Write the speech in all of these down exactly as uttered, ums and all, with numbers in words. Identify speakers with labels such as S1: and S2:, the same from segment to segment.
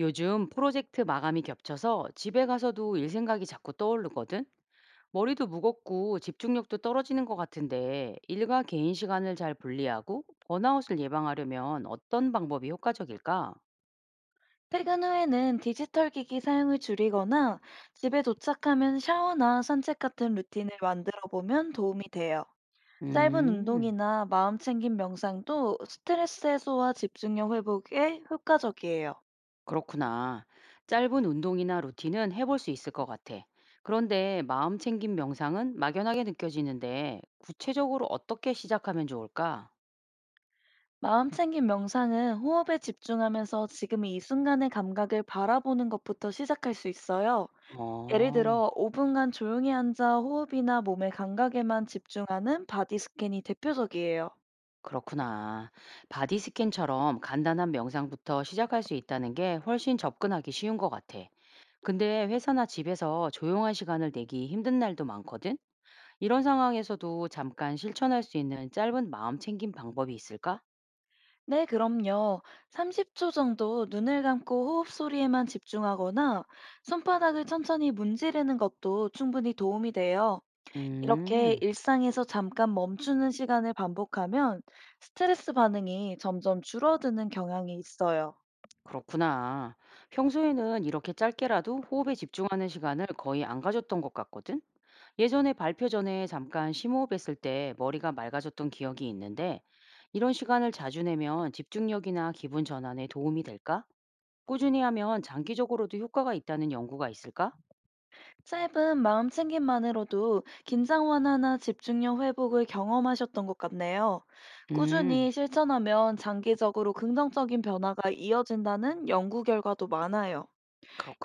S1: 요즘 프로젝트 마감이 겹쳐서 집에 가서도 일 생각이 자꾸 떠오르거든? 머리도 무겁고 집중력도 떨어지는 것 같은데 일과 개인 시간을 잘 분리하고 번아웃을 예방하려면 어떤 방법이 효과적일까?
S2: 퇴근 후에는 디지털 기기 사용을 줄이거나 집에 도착하면 샤워나 산책 같은 루틴을 만들어 보면 도움이 돼요. 짧은
S1: 음,
S2: 운동이나 마음 챙김 명상도 스트레스 해소와 집중력 회복에 효과적이에요.
S1: 그렇구나. 짧은 운동이나 루틴은 해볼 수 있을 것 같아. 그런데 마음 챙김 명상은 막연하게 느껴지는데 구체적으로 어떻게 시작하면 좋을까?
S2: 마음 챙김 명상은 호흡에 집중하면서 지금 이 순간의 감각을 바라보는 것부터 시작할 수 있어요. 예를
S1: 어.
S2: 들어 오 분간 조용히 앉아 호흡이나 몸의 감각에만 집중하는 바디 스캔이 대표적이에요.
S1: 그렇구나. 바디 스캔처럼 간단한 명상부터 시작할 수 있다는 게 훨씬 접근하기 쉬운 것 같아. 근데 회사나 집에서 조용한 시간을 내기 힘든 날도 많거든? 이런 상황에서도 잠깐 실천할 수 있는 짧은 마음 챙김 방법이 있을까?
S2: 네, 그럼요. 삼십 초 정도 눈을 감고 호흡 소리에만 집중하거나 손바닥을 천천히 문지르는 것도 충분히 도움이 돼요. 이렇게
S1: 음.
S2: 일상에서 잠깐 멈추는 시간을 반복하면 스트레스 반응이 점점 줄어드는 경향이 있어요.
S1: 그렇구나. 평소에는 이렇게 짧게라도 호흡에 집중하는 시간을 거의 안 가졌던 것 같거든? 예전에 발표 전에 잠깐 심호흡했을 때 머리가 맑아졌던 기억이 있는데, 이런 시간을 자주 내면 집중력이나 기분 전환에 도움이 될까? 꾸준히 하면 장기적으로도 효과가 있다는 연구가 있을까?
S2: 짧은 마음 챙김만으로도 긴장 완화나 집중력 회복을 경험하셨던 것 같네요.
S1: 음,
S2: 꾸준히 실천하면 장기적으로 긍정적인 변화가 이어진다는 연구 결과도 많아요.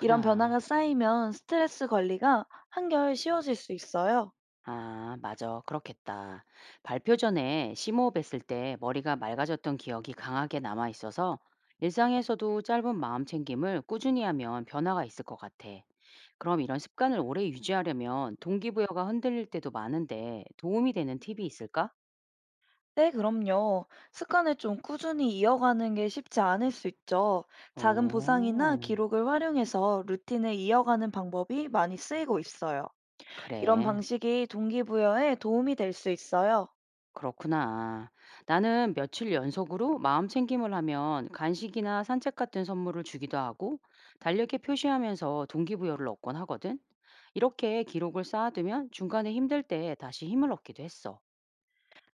S2: 이런 변화가 쌓이면 스트레스 관리가 한결 쉬워질 수 있어요.
S1: 아, 맞아. 그렇겠다. 발표 전에 심호흡했을 때 머리가 맑아졌던 기억이 강하게 남아 있어서 일상에서도 짧은 마음 챙김을 꾸준히 하면 변화가 있을 것 같아. 그럼 이런 습관을 오래 유지하려면 동기부여가 흔들릴 때도 많은데 도움이 되는 팁이 있을까?
S2: 네, 그럼요. 습관을 좀 꾸준히 이어가는 게 쉽지 않을 수 있죠.
S1: 어,
S2: 작은 보상이나 기록을 활용해서 루틴을 이어가는 방법이 많이 쓰이고 있어요. 이런
S1: 그래.
S2: 방식이 동기부여에 도움이 될 수 있어요.
S1: 그렇구나. 나는 며칠 연속으로 마음 챙김을 하면 간식이나 산책 같은 선물을 주기도 하고 달력에 표시하면서 동기부여를 얻곤 하거든. 이렇게 기록을 쌓아두면 중간에 힘들 때 다시 힘을 얻기도 했어.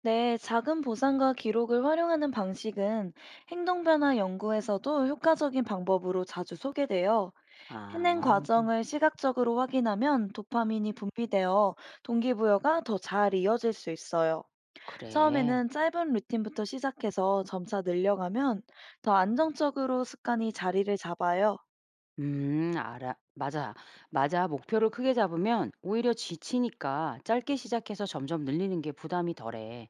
S2: 네, 작은 보상과 기록을 활용하는 방식은 행동 변화 연구에서도 효과적인 방법으로 자주 소개돼요.
S1: 아,
S2: 해낸 과정을 시각적으로 확인하면 도파민이 분비되어 동기부여가 더 잘 이어질 수 있어요.
S1: 그래.
S2: 처음에는 짧은 루틴부터 시작해서 점차 늘려가면 더 안정적으로 습관이 자리를 잡아요.
S1: 음, 알아. 맞아. 맞아. 목표를 크게 잡으면 오히려 지치니까 짧게 시작해서 점점 늘리는 게 부담이 덜해.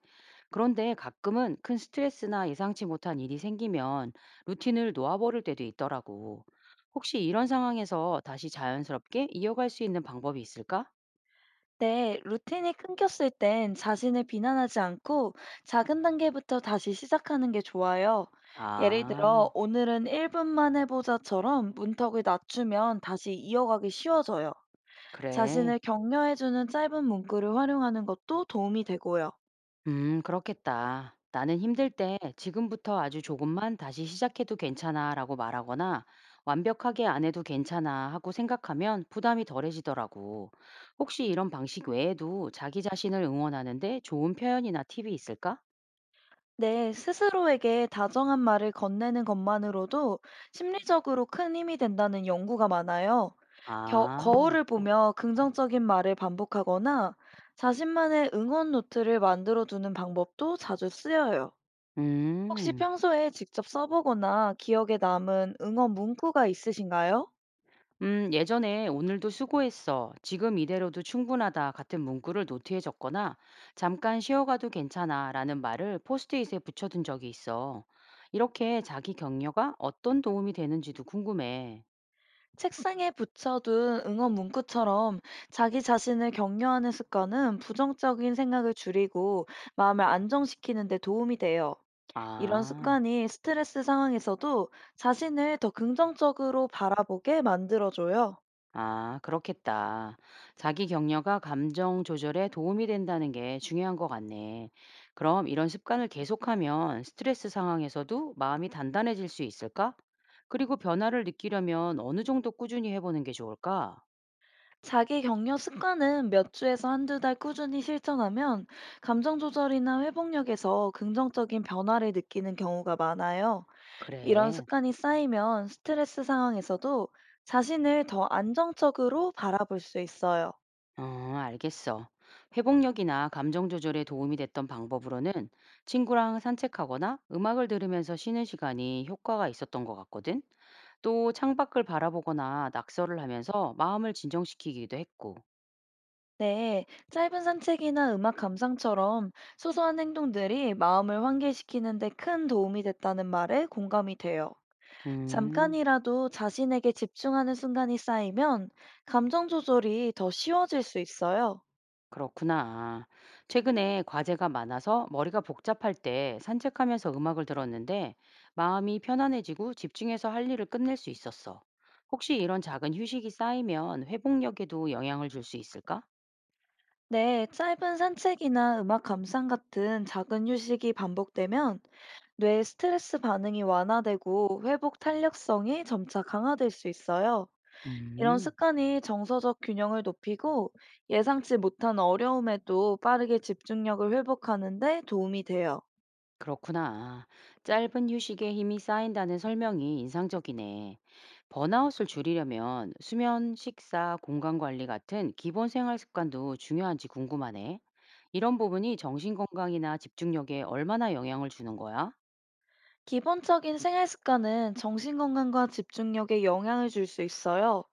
S1: 그런데 가끔은 큰 스트레스나 예상치 못한 일이 생기면 루틴을 놓아버릴 때도 있더라고. 혹시 이런 상황에서 다시 자연스럽게 이어갈 수 있는 방법이 있을까?
S2: 네, 루틴이 끊겼을 땐 자신을 비난하지 않고 작은 단계부터 다시 시작하는 게 좋아요. 예를
S1: 아,
S2: 들어, 오늘은 일 분만 해보자처럼 문턱을 낮추면 다시 이어가기 쉬워져요.
S1: 그래.
S2: 자신을 격려해주는 짧은 문구를 활용하는 것도 도움이 되고요.
S1: 음, 그렇겠다. 나는 힘들 때 지금부터 아주 조금만 다시 시작해도 괜찮아 라고 말하거나 완벽하게 안 해도 괜찮아 하고 생각하면 부담이 덜해지더라고. 혹시 이런 방식 외에도 자기 자신을 응원하는데 좋은 표현이나 팁이 있을까?
S2: 네, 스스로에게 다정한 말을 건네는 것만으로도 심리적으로 큰 힘이 된다는 연구가 많아요. 겨,
S1: 아,
S2: 거울을 보며 긍정적인 말을 반복하거나 자신만의 응원 노트를 만들어두는 방법도 자주 쓰여요. 혹시
S1: 음.
S2: 평소에 직접 써보거나 기억에 남은 응원 문구가 있으신가요?
S1: 음, 예전에 오늘도 수고했어. 지금 이대로도 충분하다 같은 문구를 노트에 적거나 잠깐 쉬어가도 괜찮아 라는 말을 포스트잇에 붙여둔 적이 있어. 이렇게 자기 격려가 어떤 도움이 되는지도 궁금해.
S2: 책상에 붙여둔 응원 문구처럼 자기 자신을 격려하는 습관은 부정적인 생각을 줄이고 마음을 안정시키는 데 도움이 돼요. 이런
S1: 아.
S2: 습관이 스트레스 상황에서도 자신을 더 긍정적으로 바라보게 만들어줘요.
S1: 아, 그렇겠다. 자기 격려가 감정 조절에 도움이 된다는 게 중요한 것 같네. 그럼 이런 습관을 계속하면 스트레스 상황에서도 마음이 단단해질 수 있을까? 그리고 변화를 느끼려면 어느 정도 꾸준히 해보는 게 좋을까?
S2: 자기 격려 습관은 몇 주에서 한두 달 꾸준히 실천하면 감정 조절이나 회복력에서 긍정적인 변화를 느끼는 경우가 많아요. 이런
S1: 그래.
S2: 습관이 쌓이면 스트레스 상황에서도 자신을 더 안정적으로 바라볼 수 있어요.
S1: 어, 알겠어. 회복력이나 감정 조절에 도움이 됐던 방법으로는 친구랑 산책하거나 음악을 들으면서 쉬는 시간이 효과가 있었던 것 같거든. 또 창밖을 바라보거나 낙서를 하면서 마음을 진정시키기도 했고.
S2: 네, 짧은 산책이나 음악 감상처럼 소소한 행동들이 마음을 환기시키는데 큰 도움이 됐다는 말에 공감이 돼요.
S1: 음,
S2: 잠깐이라도 자신에게 집중하는 순간이 쌓이면 감정 조절이 더 쉬워질 수 있어요.
S1: 그렇구나. 최근에 과제가 많아서 머리가 복잡할 때 산책하면서 음악을 들었는데 마음이 편안해지고 집중해서 할 일을 끝낼 수 있었어. 혹시 이런 작은 휴식이 쌓이면 회복력에도 영향을 줄 수 있을까?
S2: 네, 짧은 산책이나 음악 감상 같은 작은 휴식이 반복되면 뇌 스트레스 반응이 완화되고 회복 탄력성이 점차 강화될 수 있어요. 이런
S1: 음.
S2: 습관이 정서적 균형을 높이고 예상치 못한 어려움에도 빠르게 집중력을 회복하는데 도움이 돼요.
S1: 그렇구나. 짧은 휴식에 힘이 쌓인다는 설명이 인상적이네. 번아웃을 줄이려면 수면, 식사, 공간 관리 같은 기본 생활 습관도 중요한지 궁금하네. 이런 부분이 정신 건강이나 집중력에 얼마나 영향을 주는 거야?
S2: 기본적인 생활 습관은 정신건강과 집중력에 영향을 줄 수 있어요.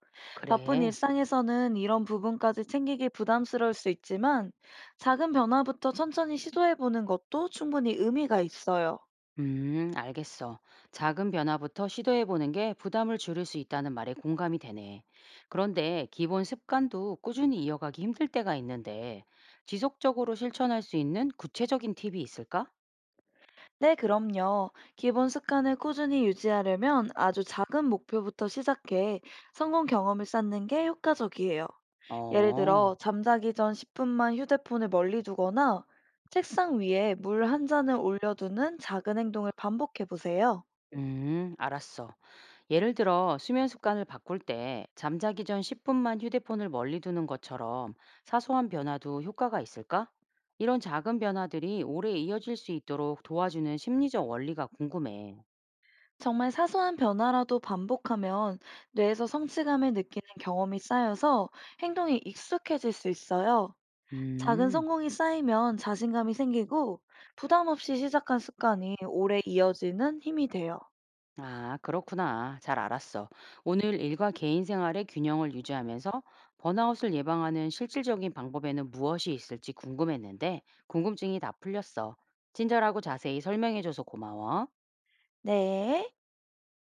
S2: 바쁜
S1: 그래.
S2: 일상에서는 이런 부분까지 챙기기 부담스러울 수 있지만 작은 변화부터 천천히 시도해보는 것도 충분히 의미가 있어요.
S1: 음, 알겠어. 작은 변화부터 시도해보는 게 부담을 줄일 수 있다는 말에 공감이 되네. 그런데 기본 습관도 꾸준히 이어가기 힘들 때가 있는데, 지속적으로 실천할 수 있는 구체적인 팁이 있을까?
S2: 네, 그럼요. 기본 습관을 꾸준히 유지하려면 아주 작은 목표부터 시작해 성공 경험을 쌓는 게 효과적이에요. 예를
S1: 어,
S2: 들어, 잠자기 전 십 분만 휴대폰을 멀리 두거나 책상 위에 물 한 잔을 올려두는 작은 행동을 반복해 보세요.
S1: 음, 알았어. 예를 들어, 수면 습관을 바꿀 때, 잠자기 전 십 분만 휴대폰을 멀리 두는 것처럼 사소한 변화도 효과가 있을까? 이런 작은 변화들이 오래 이어질 수 있도록 도와주는 심리적 원리가 궁금해.
S2: 정말 사소한 변화라도 반복하면 뇌에서 성취감을 느끼는 경험이 쌓여서 행동이 익숙해질 수 있어요. 작은
S1: 음,
S2: 성공이 쌓이면 자신감이 생기고 부담 없이 시작한 습관이 오래 이어지는 힘이 돼요.
S1: 아, 그렇구나. 잘 알았어. 오늘 일과 개인 생활의 균형을 유지하면서 번아웃을 예방하는 실질적인 방법에는 무엇이 있을지 궁금했는데, 궁금증이 다 풀렸어. 친절하고 자세히 설명해줘서 고마워.
S2: 네.